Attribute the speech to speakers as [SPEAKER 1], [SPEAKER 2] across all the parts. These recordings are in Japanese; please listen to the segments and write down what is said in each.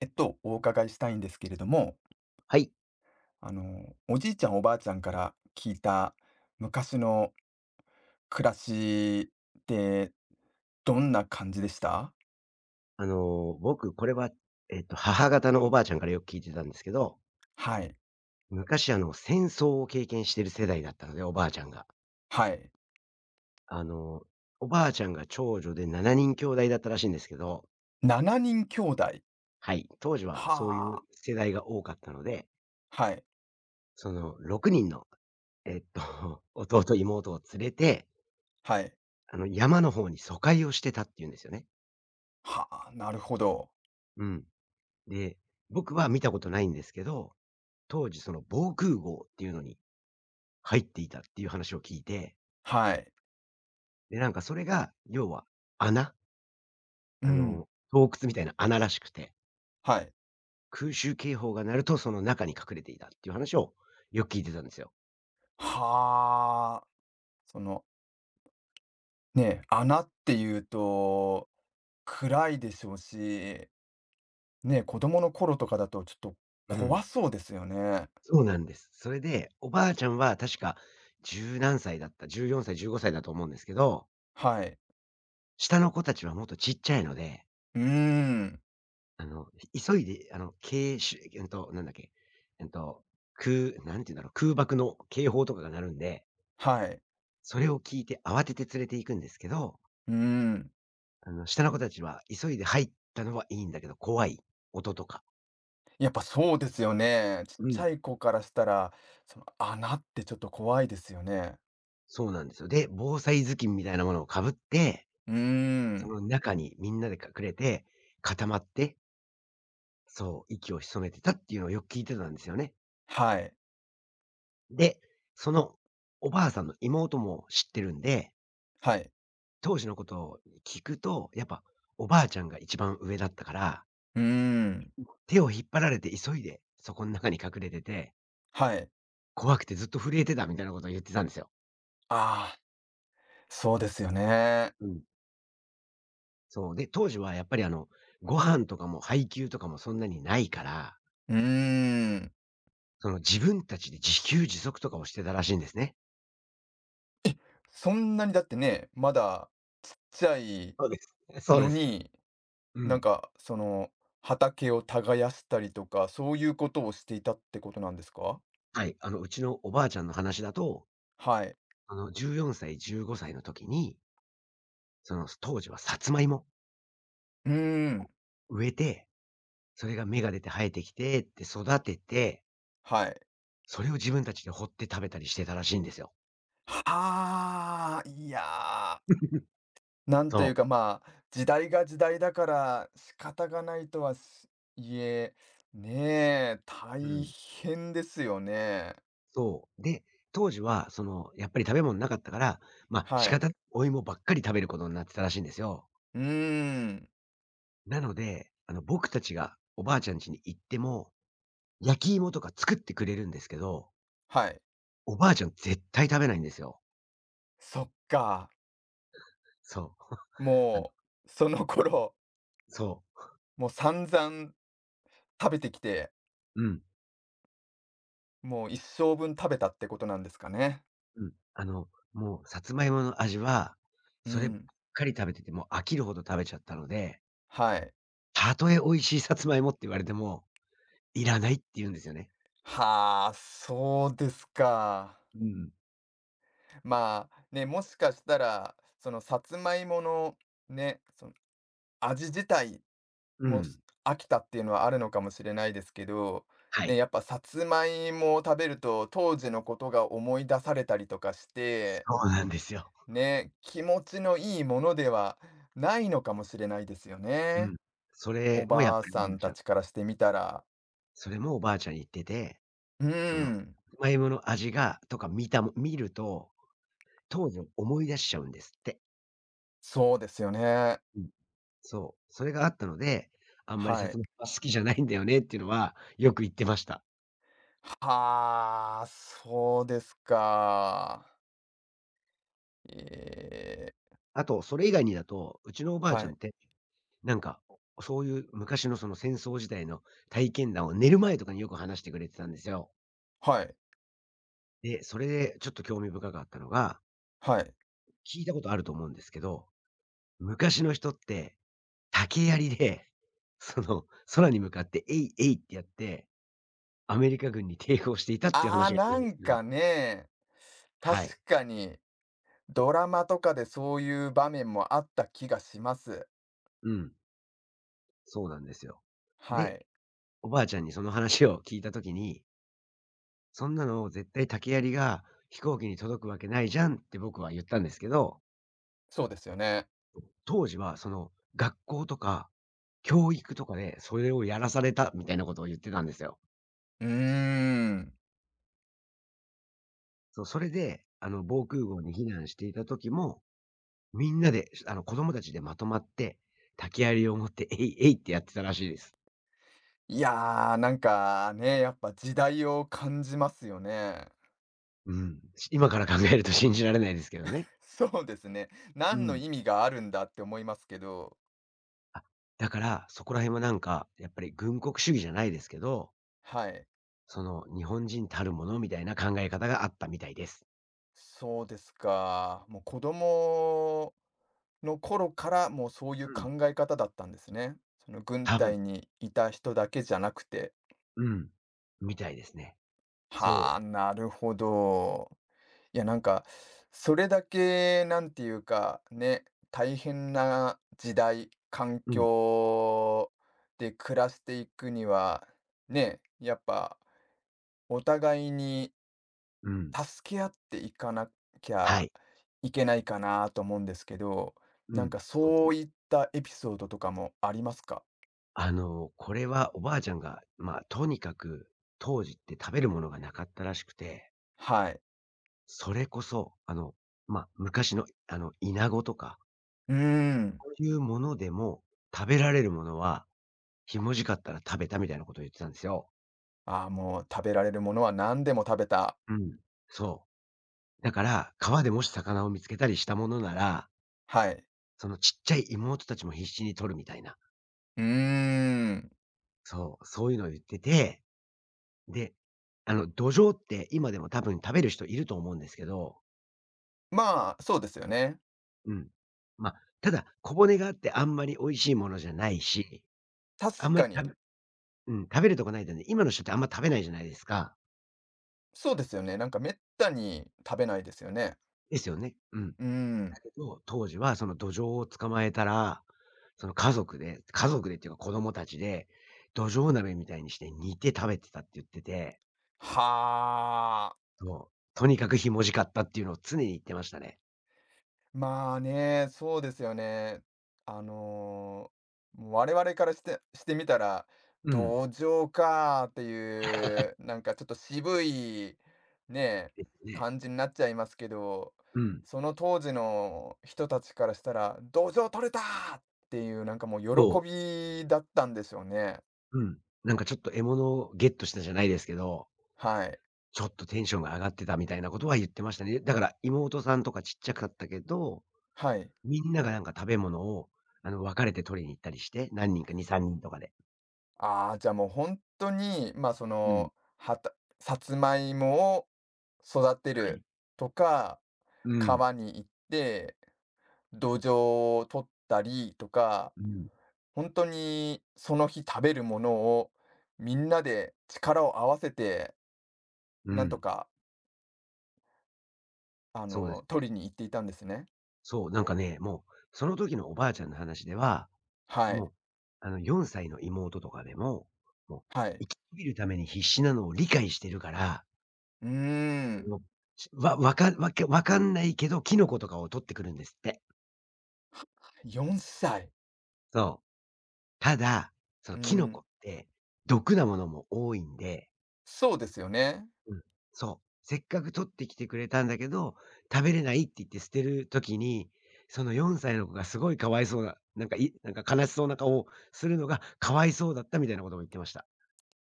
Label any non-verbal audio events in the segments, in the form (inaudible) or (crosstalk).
[SPEAKER 1] お伺いしたいんですけれども、
[SPEAKER 2] はい。
[SPEAKER 1] おじいちゃんおばあちゃんから聞いた昔の暮らしってどんな感じでした？
[SPEAKER 2] 僕、これは、母方のおばあちゃんからよく聞いてたんですけど、
[SPEAKER 1] はい。
[SPEAKER 2] 昔、戦争を経験してる世代だったので、おばあちゃんが。
[SPEAKER 1] はい。
[SPEAKER 2] あの、おばあちゃんが長女で7人兄弟だったらしいんですけど、
[SPEAKER 1] 7人兄弟。
[SPEAKER 2] はい。当時は
[SPEAKER 1] は
[SPEAKER 2] そういう
[SPEAKER 1] あ。
[SPEAKER 2] 世代が多かったので、
[SPEAKER 1] はい。
[SPEAKER 2] その6人の、(laughs) 弟、妹を連れて、
[SPEAKER 1] はい。
[SPEAKER 2] 山の方に疎開をしてたっていうんですよね。
[SPEAKER 1] はあ。なるほど。
[SPEAKER 2] うん。で、僕は見たことないんですけど、当時その防空壕っていうのに入っていたっていう話を聞いて。
[SPEAKER 1] はい。
[SPEAKER 2] で、なんかそれが、要は穴、
[SPEAKER 1] うん。
[SPEAKER 2] 洞窟みたいな穴らしくて、
[SPEAKER 1] はい。
[SPEAKER 2] 空襲警報が鳴るとその中に隠れていたっていう話をよく聞いてたんですよ。
[SPEAKER 1] はあ。その、ね、穴っていうと暗いでしょうし、ね、子供の頃とかだとちょっと
[SPEAKER 2] う
[SPEAKER 1] 怖
[SPEAKER 2] ん。
[SPEAKER 1] そうですよね。
[SPEAKER 2] そうなんです。それで、おばあちゃんは確か十何歳だった、14歳、15歳だと思うんですけど、
[SPEAKER 1] はい。
[SPEAKER 2] 下の子たちはもっとちっちゃいので、
[SPEAKER 1] うーん、
[SPEAKER 2] あの、急いで、警しゅえっと、なんだっけ、えっと、空なんて言うんだろう、空爆の警報とかが鳴るんで、
[SPEAKER 1] はい。
[SPEAKER 2] それを聞いて慌てて連れて行くんですけど、
[SPEAKER 1] うーん。
[SPEAKER 2] 下の子たちは急いで入ったのはいいんだけど、怖い。音とか。
[SPEAKER 1] やっぱそうですよね。ちっ
[SPEAKER 2] う
[SPEAKER 1] ち
[SPEAKER 2] ん。
[SPEAKER 1] ゃい子からしたら、その穴ってちょっと怖いですよね。
[SPEAKER 2] そうなんですよ。で、防災頭巾みたいなものをかぶって、
[SPEAKER 1] うー
[SPEAKER 2] そ
[SPEAKER 1] ん。
[SPEAKER 2] の中にみんなで隠れて、固まって、そう、息を潜めてたっていうのをよく聞いてたんですよね。
[SPEAKER 1] はい。
[SPEAKER 2] で、そのおばあさんの妹も知ってるんで、
[SPEAKER 1] はい。
[SPEAKER 2] 当時のことを聞くと、やっぱおばあちゃんが一番上だったから、
[SPEAKER 1] うーん。
[SPEAKER 2] 手を引っ張られて急いでそこの中に隠れてて、
[SPEAKER 1] はい。
[SPEAKER 2] 怖くてずっと震えてたみたいなことを言ってたんですよ。
[SPEAKER 1] ああ、そうですよね。
[SPEAKER 2] うん。そう。で、当時はやっぱりご飯とかも配給とかもそんなにないから、
[SPEAKER 1] うーん。
[SPEAKER 2] その自分たちで自給自足とかをしてたらしいんですね。
[SPEAKER 1] そんなにだってね、まだちっちゃい
[SPEAKER 2] そうです。そう
[SPEAKER 1] の
[SPEAKER 2] です。
[SPEAKER 1] に、
[SPEAKER 2] う
[SPEAKER 1] なん
[SPEAKER 2] ん。
[SPEAKER 1] かその畑を耕したりとか、そういうことをしていたってことなんですか？
[SPEAKER 2] はい。うちのおばあちゃんの話だと、
[SPEAKER 1] はい。
[SPEAKER 2] 14歳、15歳の時に、その当時はさつまいも
[SPEAKER 1] うーん、
[SPEAKER 2] 植えて、それが芽が出て生えてきてって育てて、
[SPEAKER 1] はい。
[SPEAKER 2] それを自分たちで掘って食べたりしてたらしいんですよ。
[SPEAKER 1] はあ、いやー、
[SPEAKER 2] (laughs)
[SPEAKER 1] なんとい
[SPEAKER 2] そ
[SPEAKER 1] うか、まあ、時代が時代だから仕方がないとはす、いえ、ねえ、
[SPEAKER 2] う。う
[SPEAKER 1] 大
[SPEAKER 2] ん。
[SPEAKER 1] 変ですよね。
[SPEAKER 2] そう。で、当時は、その、やっぱり食べ物なかったから、まあ、
[SPEAKER 1] は
[SPEAKER 2] 仕
[SPEAKER 1] い。
[SPEAKER 2] 方なくお芋ばっかり食べることになってたらしいんですよ。
[SPEAKER 1] うーん、
[SPEAKER 2] なので、僕たちがおばあちゃん家に行っても、焼き芋とか作ってくれるんですけど、
[SPEAKER 1] はい。
[SPEAKER 2] おばあちゃん絶対食べないんですよ。
[SPEAKER 1] そっか、
[SPEAKER 2] そう。あの、
[SPEAKER 1] もう、その頃、
[SPEAKER 2] そう。
[SPEAKER 1] もう散々食べてきて、
[SPEAKER 2] うん、
[SPEAKER 1] もう一生分食べたってことなんですかね。
[SPEAKER 2] うん。もうさつまいもの味は、
[SPEAKER 1] う
[SPEAKER 2] そればっ
[SPEAKER 1] ん、
[SPEAKER 2] かり食べてて、もう飽きるほど食べちゃったので、
[SPEAKER 1] はい。
[SPEAKER 2] たとえ美味しいさつまいもって言われても、いらないって言うんですよね。
[SPEAKER 1] はあ、そうですか。
[SPEAKER 2] うん。
[SPEAKER 1] まあ、ね、もしかしたら、そのさつまいものね、その味自体
[SPEAKER 2] う
[SPEAKER 1] も
[SPEAKER 2] ん。
[SPEAKER 1] す飽きたっていうのはあるのかもしれないですけど、
[SPEAKER 2] は
[SPEAKER 1] ね、
[SPEAKER 2] い。
[SPEAKER 1] やっぱさつまいもを食べると当時のことが思い出されたりとかして、
[SPEAKER 2] そうなんですよ。
[SPEAKER 1] ね、気持ちのいいものではないのかもしれないですよ
[SPEAKER 2] う
[SPEAKER 1] ね。
[SPEAKER 2] ん。そ
[SPEAKER 1] お
[SPEAKER 2] れもやっ
[SPEAKER 1] ばあ
[SPEAKER 2] ぱり
[SPEAKER 1] さ
[SPEAKER 2] おばあ
[SPEAKER 1] ん
[SPEAKER 2] ち
[SPEAKER 1] た
[SPEAKER 2] ゃん
[SPEAKER 1] ちからしてみたら。
[SPEAKER 2] それもおばあちゃん言ってて、
[SPEAKER 1] うー
[SPEAKER 2] その、
[SPEAKER 1] ん、
[SPEAKER 2] さつまいもの味がとか見たも見ると、当時を思い出しちゃうんですって。
[SPEAKER 1] そうですよね。
[SPEAKER 2] うん。そう。それがあったので、あんまり
[SPEAKER 1] は
[SPEAKER 2] さつ
[SPEAKER 1] い。
[SPEAKER 2] まいもは好きじゃないんだよねっていうのは、よく言ってました。
[SPEAKER 1] はあ、そうですか。ええ、
[SPEAKER 2] あと、それ以外にだと、うちのおばあ
[SPEAKER 1] は
[SPEAKER 2] ちゃん
[SPEAKER 1] い。
[SPEAKER 2] って、なんか、そういう昔のその戦争時代の体験談を寝る前とかによく話してくれてたんですよ。
[SPEAKER 1] はい。
[SPEAKER 2] で、それでちょっと興味深かったのが、
[SPEAKER 1] はい。
[SPEAKER 2] 聞いたことあると思うんですけど昔の人って、竹槍で、その、空に向かって、えいえいってやって、アメリカ軍に抵抗していたっていう
[SPEAKER 1] ああ、
[SPEAKER 2] 話がある
[SPEAKER 1] な
[SPEAKER 2] んです
[SPEAKER 1] ん
[SPEAKER 2] けど。
[SPEAKER 1] かね、確
[SPEAKER 2] はい。
[SPEAKER 1] かにドラマとかでそういう場面もあった気がします。
[SPEAKER 2] うん、そうなんですよ。
[SPEAKER 1] は
[SPEAKER 2] で、
[SPEAKER 1] い。
[SPEAKER 2] おばあちゃんにその話を聞いた時に、そんなの絶対竹槍が飛行機に届くわけないじゃんって僕は言ったんですけど、
[SPEAKER 1] そうですよね。
[SPEAKER 2] 当時はその、学校とか教育とかでそれをやらされたみたいなことを言ってたんですよ。
[SPEAKER 1] うーん。
[SPEAKER 2] そう、それで、防空壕に避難していた時もみんなで、子供たちでまとまって、竹槍を持って、えいえいってやってたらしいです。
[SPEAKER 1] いやー、なんかね、やっぱ時代を感じますよね。
[SPEAKER 2] うん。今から考えると信じられないですけどね。
[SPEAKER 1] (laughs) そうですね。
[SPEAKER 2] う
[SPEAKER 1] 何の
[SPEAKER 2] ん。
[SPEAKER 1] 意味があるんだって思いますけど、
[SPEAKER 2] あ、だから、そこら辺はなんか、やっぱり軍国主義じゃないですけど、
[SPEAKER 1] はい。
[SPEAKER 2] その、日本人たるものみたいな考え方があったみたいです。
[SPEAKER 1] そうですか。もう子供の頃から、もうそういう
[SPEAKER 2] うん。
[SPEAKER 1] 考え方だったんですね。その軍
[SPEAKER 2] 多分、
[SPEAKER 1] 隊にいた人だけじゃなくて。
[SPEAKER 2] うん。みたいですね。そ
[SPEAKER 1] は
[SPEAKER 2] う。
[SPEAKER 1] あ、なるほど。いや、なんか、それだけなんていうか、ね、大変な時代、環
[SPEAKER 2] うん。
[SPEAKER 1] 境で暮らしていくには、ね、やっぱお互いに
[SPEAKER 2] うん。
[SPEAKER 1] 助け合っていかなき
[SPEAKER 2] は
[SPEAKER 1] ゃ
[SPEAKER 2] い。
[SPEAKER 1] いけないかなと思うんですけど、
[SPEAKER 2] う
[SPEAKER 1] なん
[SPEAKER 2] ん。
[SPEAKER 1] か
[SPEAKER 2] そうです
[SPEAKER 1] そう
[SPEAKER 2] ね。
[SPEAKER 1] いったエピソードとかもありますか？
[SPEAKER 2] これはおばあちゃんが、まあ、とにかく、当時って食べるものがなかったらしくて、
[SPEAKER 1] はい。
[SPEAKER 2] それこそ、まあ、昔の、イナゴとか、
[SPEAKER 1] うーん。
[SPEAKER 2] そういうものでも、食べられるものは、ひもじかったら食べたみたいなことを言ってたんですよ。
[SPEAKER 1] ああ、もう食べられるものは何でも食べた。
[SPEAKER 2] うん。そう。だから、川でもし魚を見つけたりしたものなら、
[SPEAKER 1] はい。
[SPEAKER 2] そのちっちゃい妹たちも必死に取るみたいな。
[SPEAKER 1] うーん。
[SPEAKER 2] そう、そういうのを言ってて、で、土壌って今でも多分食べる人いると思うんですけど、
[SPEAKER 1] まあ、そうですよね。
[SPEAKER 2] うん。まあ、ただ、小骨があってあんまり美味しいものじゃないし、あ
[SPEAKER 1] 確
[SPEAKER 2] んまり
[SPEAKER 1] かに。
[SPEAKER 2] 食べうん、食べるとこないとね、今の人ってあんま食べないじゃないですか。
[SPEAKER 1] そうですよね。なんか滅多に食べないですよね。
[SPEAKER 2] ですよね。うん。だ
[SPEAKER 1] うーん。
[SPEAKER 2] けど、当時はそのドジョウを捕まえたら、その家族でっていうか子供たちで、ドジョウ鍋みたいにして煮て食べてたって言ってて、
[SPEAKER 1] はあ。
[SPEAKER 2] そう、とにかくひもじかったっていうのを常に言ってましたね。
[SPEAKER 1] まあね、そうですよね。あの、我々からして、してみたら、
[SPEAKER 2] うん。
[SPEAKER 1] 同情かーっていう、なんかちょっと渋い、ね、
[SPEAKER 2] ですね。
[SPEAKER 1] 感じになっちゃいますけど、
[SPEAKER 2] うん。
[SPEAKER 1] その当時の人たちからしたら、同情取れたーっていう、なんかもう
[SPEAKER 2] そ
[SPEAKER 1] 喜
[SPEAKER 2] う。
[SPEAKER 1] びだったんでしょうね。
[SPEAKER 2] うん。なんかちょっと獲物をゲットしたじゃないですけど、
[SPEAKER 1] はい。
[SPEAKER 2] ちょっとテンションが上がってたみたいなことは言ってましたね。だから妹さんとかちっちゃかったけど、
[SPEAKER 1] はい。
[SPEAKER 2] みんながなんか食べ物を、分かれて取りに行ったりして、何人か2、3人とかで。
[SPEAKER 1] ああ、じゃあもう本当に、まあそ
[SPEAKER 2] うん、
[SPEAKER 1] の、さつまいもを育て
[SPEAKER 2] は
[SPEAKER 1] る
[SPEAKER 2] い。
[SPEAKER 1] とか、
[SPEAKER 2] うん。
[SPEAKER 1] 川に行って、土壌を取ったりとか、
[SPEAKER 2] うん。
[SPEAKER 1] 本当にその日食べるものをみんなで力を合わせて、
[SPEAKER 2] う
[SPEAKER 1] なんと
[SPEAKER 2] ん。
[SPEAKER 1] か、
[SPEAKER 2] そうですね。
[SPEAKER 1] 取りに行っていたんですね。
[SPEAKER 2] そう、なんかね、もう、その時のおばあちゃんの話では、
[SPEAKER 1] はい、
[SPEAKER 2] もう、4歳の妹とかでも、もう、
[SPEAKER 1] はい。
[SPEAKER 2] 生き延びるために必死なのを理解してるから、
[SPEAKER 1] うー
[SPEAKER 2] あ
[SPEAKER 1] ん、
[SPEAKER 2] の、しわわかわけわかんないけど、キノコとかを取ってくるんですって。
[SPEAKER 1] 4歳。
[SPEAKER 2] そう。ただ、その
[SPEAKER 1] うー
[SPEAKER 2] キノコっ
[SPEAKER 1] ん、
[SPEAKER 2] て、毒なものも多いんで、
[SPEAKER 1] そうですよね。
[SPEAKER 2] うん、そう。せっかく取ってきてくれたんだけど、食べれないって言って捨てる時に、その4歳の子がすごいかわいそうな、なんかいなんか悲しそうな顔をするのがかわいそうだったみたいなことも言ってました。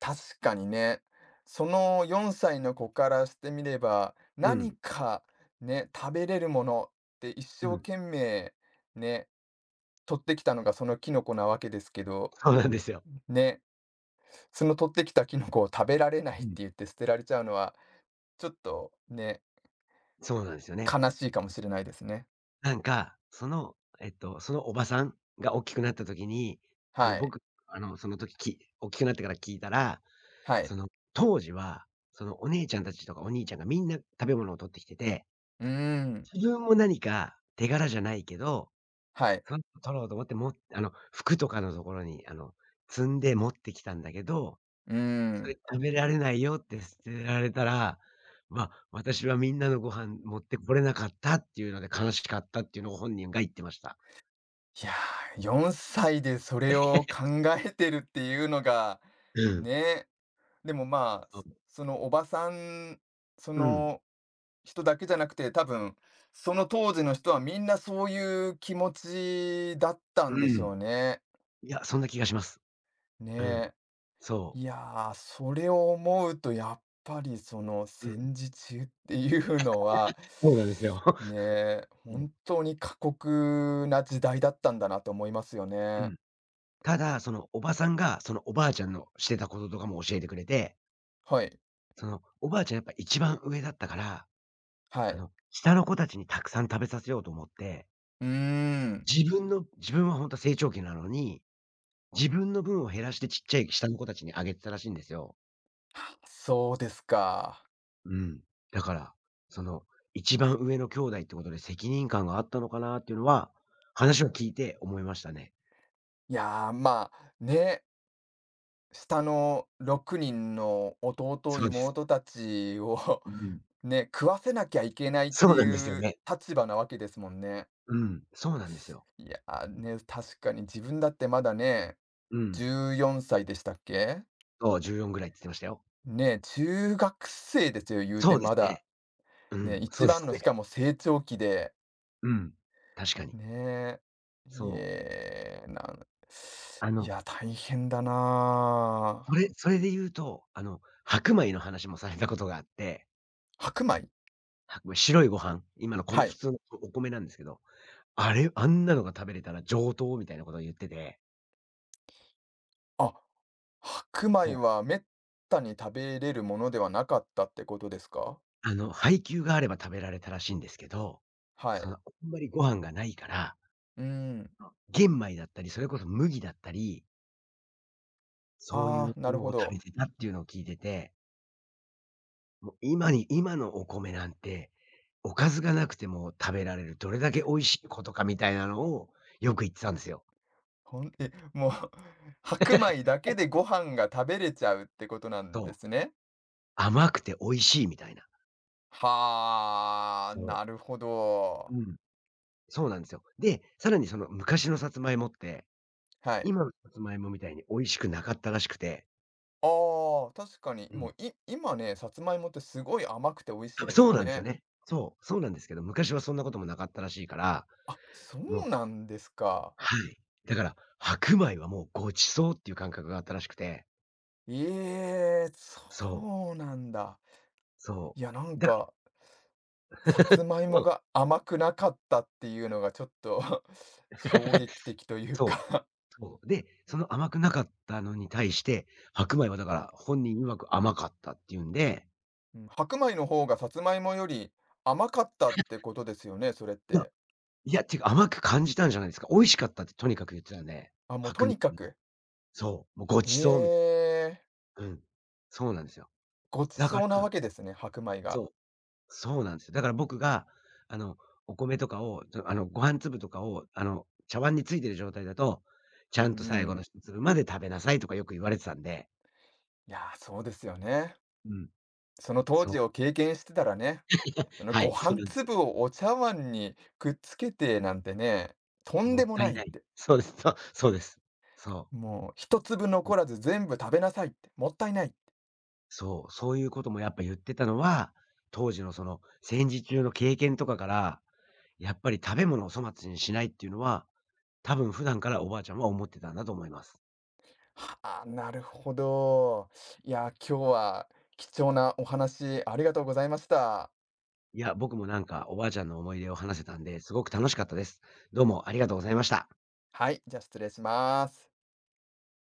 [SPEAKER 1] 確かにね。その4歳の子からしてみれば、
[SPEAKER 2] う
[SPEAKER 1] 何
[SPEAKER 2] ん。
[SPEAKER 1] かね、食べれるものって一
[SPEAKER 2] う
[SPEAKER 1] 生
[SPEAKER 2] ん。
[SPEAKER 1] 懸命ね、取ってきたのがそのキノコなわけですけど、
[SPEAKER 2] そうなんですよ。
[SPEAKER 1] ね、その取ってきたキノコを食べられないっ
[SPEAKER 2] う
[SPEAKER 1] て
[SPEAKER 2] ん。
[SPEAKER 1] 言って捨てられちゃうのは、ちょっとね、
[SPEAKER 2] そうなんですよね。
[SPEAKER 1] 悲しいかもしれないですね。
[SPEAKER 2] なんか、そのおばさんが大きくなった時に、あの、
[SPEAKER 1] はい。
[SPEAKER 2] 僕、あの、その時き大きくなってから聞いたら、
[SPEAKER 1] はい。
[SPEAKER 2] その、当時は、そのお姉ちゃんたちとかお兄ちゃんがみんな食べ物を取ってきてて、
[SPEAKER 1] うーん。
[SPEAKER 2] 自分も何か手柄じゃないけど、
[SPEAKER 1] はい。
[SPEAKER 2] その取ろうと思って、あの、服とかのところに、あの、積んで持ってきたんだけど、
[SPEAKER 1] うー
[SPEAKER 2] それ
[SPEAKER 1] ん。
[SPEAKER 2] 食べられないよって捨てられたら、ま、私はみんなのご飯持ってこれなかったっていうので悲しかったっていうのを本人が言ってました。
[SPEAKER 1] いやー、4歳でそれを考えてるっていうのが、
[SPEAKER 2] うん。
[SPEAKER 1] ね、でもまあ、
[SPEAKER 2] そう。
[SPEAKER 1] そのおばさん、そ
[SPEAKER 2] うん。
[SPEAKER 1] の人だけじゃなくて、多分その当時の人はみんなそういう気持ちだったん
[SPEAKER 2] う
[SPEAKER 1] でしょ
[SPEAKER 2] ん。
[SPEAKER 1] うね。
[SPEAKER 2] いや、そんな気がします。
[SPEAKER 1] ね
[SPEAKER 2] うん。
[SPEAKER 1] え。
[SPEAKER 2] そ
[SPEAKER 1] いやー、それを思うとやっぱりその
[SPEAKER 2] う。うん。
[SPEAKER 1] 戦時中っていうのは、
[SPEAKER 2] そうなんですよ。
[SPEAKER 1] ねえ、
[SPEAKER 2] (laughs) うん。
[SPEAKER 1] 本当に過酷な時代だったんだなと思いますよ
[SPEAKER 2] う
[SPEAKER 1] ね。
[SPEAKER 2] ん。ただ、そのおばさんが、そのおばあちゃんのしてたこととかも教えてくれて、
[SPEAKER 1] はい、
[SPEAKER 2] その、おばあちゃんやっぱ一番上だったから、
[SPEAKER 1] は
[SPEAKER 2] あ
[SPEAKER 1] い。
[SPEAKER 2] の、下の子たちにたくさん食べさせようと思って、
[SPEAKER 1] うーん。
[SPEAKER 2] 自分はほんと成長期なのに、自分の分を減らしてちっちゃい下の子たちにあげてたらしいんですよ。
[SPEAKER 1] そうですか。
[SPEAKER 2] うん。だから、その、一番上の兄弟ってことで責任感があったのかなっていうのは、話を聞いて思いましたね。
[SPEAKER 1] いやー、まあ、ね、下の6人の弟、
[SPEAKER 2] そうです。
[SPEAKER 1] 妹たちを
[SPEAKER 2] うん。
[SPEAKER 1] (laughs) ね、食わせなきゃいけないって
[SPEAKER 2] そうなんです
[SPEAKER 1] い
[SPEAKER 2] よ
[SPEAKER 1] う
[SPEAKER 2] ね。
[SPEAKER 1] 立場なわけですもんね。
[SPEAKER 2] うん、そうなんですよ。
[SPEAKER 1] いや、ね、確かに自分だってまだね、
[SPEAKER 2] うん。
[SPEAKER 1] 14歳でしたっけ？
[SPEAKER 2] そう、14ぐらいって言ってましたよ。
[SPEAKER 1] ね、中学生ですよ、言うて
[SPEAKER 2] そうで
[SPEAKER 1] ま
[SPEAKER 2] すね。
[SPEAKER 1] だ。
[SPEAKER 2] う
[SPEAKER 1] ね、
[SPEAKER 2] ん、そ
[SPEAKER 1] 一
[SPEAKER 2] うで
[SPEAKER 1] 番
[SPEAKER 2] す
[SPEAKER 1] の
[SPEAKER 2] ね。
[SPEAKER 1] しかも成長期で、
[SPEAKER 2] うん、確かに。
[SPEAKER 1] ねえ。い
[SPEAKER 2] そう。
[SPEAKER 1] えー、
[SPEAKER 2] あ
[SPEAKER 1] い
[SPEAKER 2] の、
[SPEAKER 1] や、大変だなあ。
[SPEAKER 2] それで言うと、あの、白米の話もされたことがあって、
[SPEAKER 1] 白米？
[SPEAKER 2] 白米、白いご飯、今の
[SPEAKER 1] は
[SPEAKER 2] 米、普
[SPEAKER 1] い。
[SPEAKER 2] 通のお米なんですけど、あれ、あんなのが食べれたら上等みたいなことを言ってて、
[SPEAKER 1] あ、白
[SPEAKER 2] そ
[SPEAKER 1] 米
[SPEAKER 2] う、
[SPEAKER 1] は滅多に食べれるものではなかったってことですか？
[SPEAKER 2] あの、配給があれば食べられたらしいんですけど、
[SPEAKER 1] は
[SPEAKER 2] そ
[SPEAKER 1] い。
[SPEAKER 2] の、あんまりご飯がないから、
[SPEAKER 1] うーん。
[SPEAKER 2] 玄米だったり、それこそ麦だったり、そういう
[SPEAKER 1] ああ、なる
[SPEAKER 2] の
[SPEAKER 1] ほ
[SPEAKER 2] を食べ
[SPEAKER 1] ど。
[SPEAKER 2] てたっていうのを聞いてて、もう今に今のお米なんて、おかずがなくても食べられる、どれだけ美味しいことかみたいなのをよく言ってたんですよ。
[SPEAKER 1] ほんえ、もう (laughs)、白米だけでご飯が食べれちゃうってことなんで
[SPEAKER 2] そ
[SPEAKER 1] す
[SPEAKER 2] う、
[SPEAKER 1] ね。
[SPEAKER 2] 甘くて美味しいみたいな。
[SPEAKER 1] はあ、
[SPEAKER 2] そう。
[SPEAKER 1] なるほど。
[SPEAKER 2] うん、そうなんですよ。で、さらにその昔のさつまいもって、
[SPEAKER 1] はい。
[SPEAKER 2] 今のさつまいもみたいに美味しくなかったらしくて。
[SPEAKER 1] ああ、確かに、
[SPEAKER 2] う
[SPEAKER 1] もう、
[SPEAKER 2] ん。
[SPEAKER 1] 今ね、さつまいもってすごい甘くて美味しいです
[SPEAKER 2] そ
[SPEAKER 1] よ
[SPEAKER 2] うなんですよ
[SPEAKER 1] ね。
[SPEAKER 2] ね。そう、そうなんですけど、昔はそんなこともなかったらしいから、
[SPEAKER 1] あ、そ
[SPEAKER 2] も
[SPEAKER 1] う
[SPEAKER 2] う、
[SPEAKER 1] なんですか。
[SPEAKER 2] はい。だから、白米はもうご馳走っていう感覚があったらしくて。
[SPEAKER 1] ええ、
[SPEAKER 2] そう、
[SPEAKER 1] そうなんだ。
[SPEAKER 2] そ
[SPEAKER 1] いや、なん
[SPEAKER 2] う。だから、
[SPEAKER 1] か、さつまい
[SPEAKER 2] う
[SPEAKER 1] も
[SPEAKER 2] ん、
[SPEAKER 1] が甘くなかったっていうのがちょっと (laughs) 衝撃的という
[SPEAKER 2] そう、
[SPEAKER 1] か、
[SPEAKER 2] そう。で、その甘くなかったのに対して、白米はだから本人曰く甘かったっていうんで、
[SPEAKER 1] うん、白米の方がさつまいもより甘かったってことですよね、それっ
[SPEAKER 2] いや、
[SPEAKER 1] て。
[SPEAKER 2] いや、ていうか甘く感じたんじゃないですか。美味しかったってとにかく言ってたんで、
[SPEAKER 1] あ、もうと
[SPEAKER 2] 白米
[SPEAKER 1] にか
[SPEAKER 2] の、
[SPEAKER 1] く。
[SPEAKER 2] そう、もうご
[SPEAKER 1] へ
[SPEAKER 2] 馳走みたい
[SPEAKER 1] え、
[SPEAKER 2] な。うん。そうなんですよ。
[SPEAKER 1] ごち
[SPEAKER 2] だか
[SPEAKER 1] そうなわ
[SPEAKER 2] ら
[SPEAKER 1] けですね、白米が。
[SPEAKER 2] そう、そうなんですよ。だから僕が、あの、お米とかを、あの、ご飯粒とかを、あの、茶碗についてる状態だと、ち
[SPEAKER 1] うんう
[SPEAKER 2] ゃんと最後
[SPEAKER 1] ん。
[SPEAKER 2] の一粒まで食べなさいとかよく言われてたんで。
[SPEAKER 1] いやー、そうですよね。
[SPEAKER 2] うん。
[SPEAKER 1] その当
[SPEAKER 2] そ
[SPEAKER 1] 時
[SPEAKER 2] う。
[SPEAKER 1] を経験してたらね、その
[SPEAKER 2] は
[SPEAKER 1] ご
[SPEAKER 2] い、そう
[SPEAKER 1] 飯
[SPEAKER 2] なんですよ。
[SPEAKER 1] 粒をお茶碗にくっつけてなんてね、とん
[SPEAKER 2] も
[SPEAKER 1] で
[SPEAKER 2] っ
[SPEAKER 1] も
[SPEAKER 2] た
[SPEAKER 1] な
[SPEAKER 2] い
[SPEAKER 1] いっ
[SPEAKER 2] ない。
[SPEAKER 1] て。
[SPEAKER 2] そうです。そう。うん。
[SPEAKER 1] もう一粒残らず全部食べなさいって、もったいないって。
[SPEAKER 2] そう、そういうこともやっぱ言ってたのは、当時のその戦時中の経験とかから、やっぱり食べ物を粗末にしないっていうのは、多分普段からおばあちゃんは思ってたんだと思います。
[SPEAKER 1] はあ、なるほど。いやー、今日は貴重なお話ありがとうございました。
[SPEAKER 2] いや、僕もなんかおばあちゃんの思い出を話せたんで、すごく楽しかったです。どうもありがとうございました。
[SPEAKER 1] はい、じゃあ失礼します。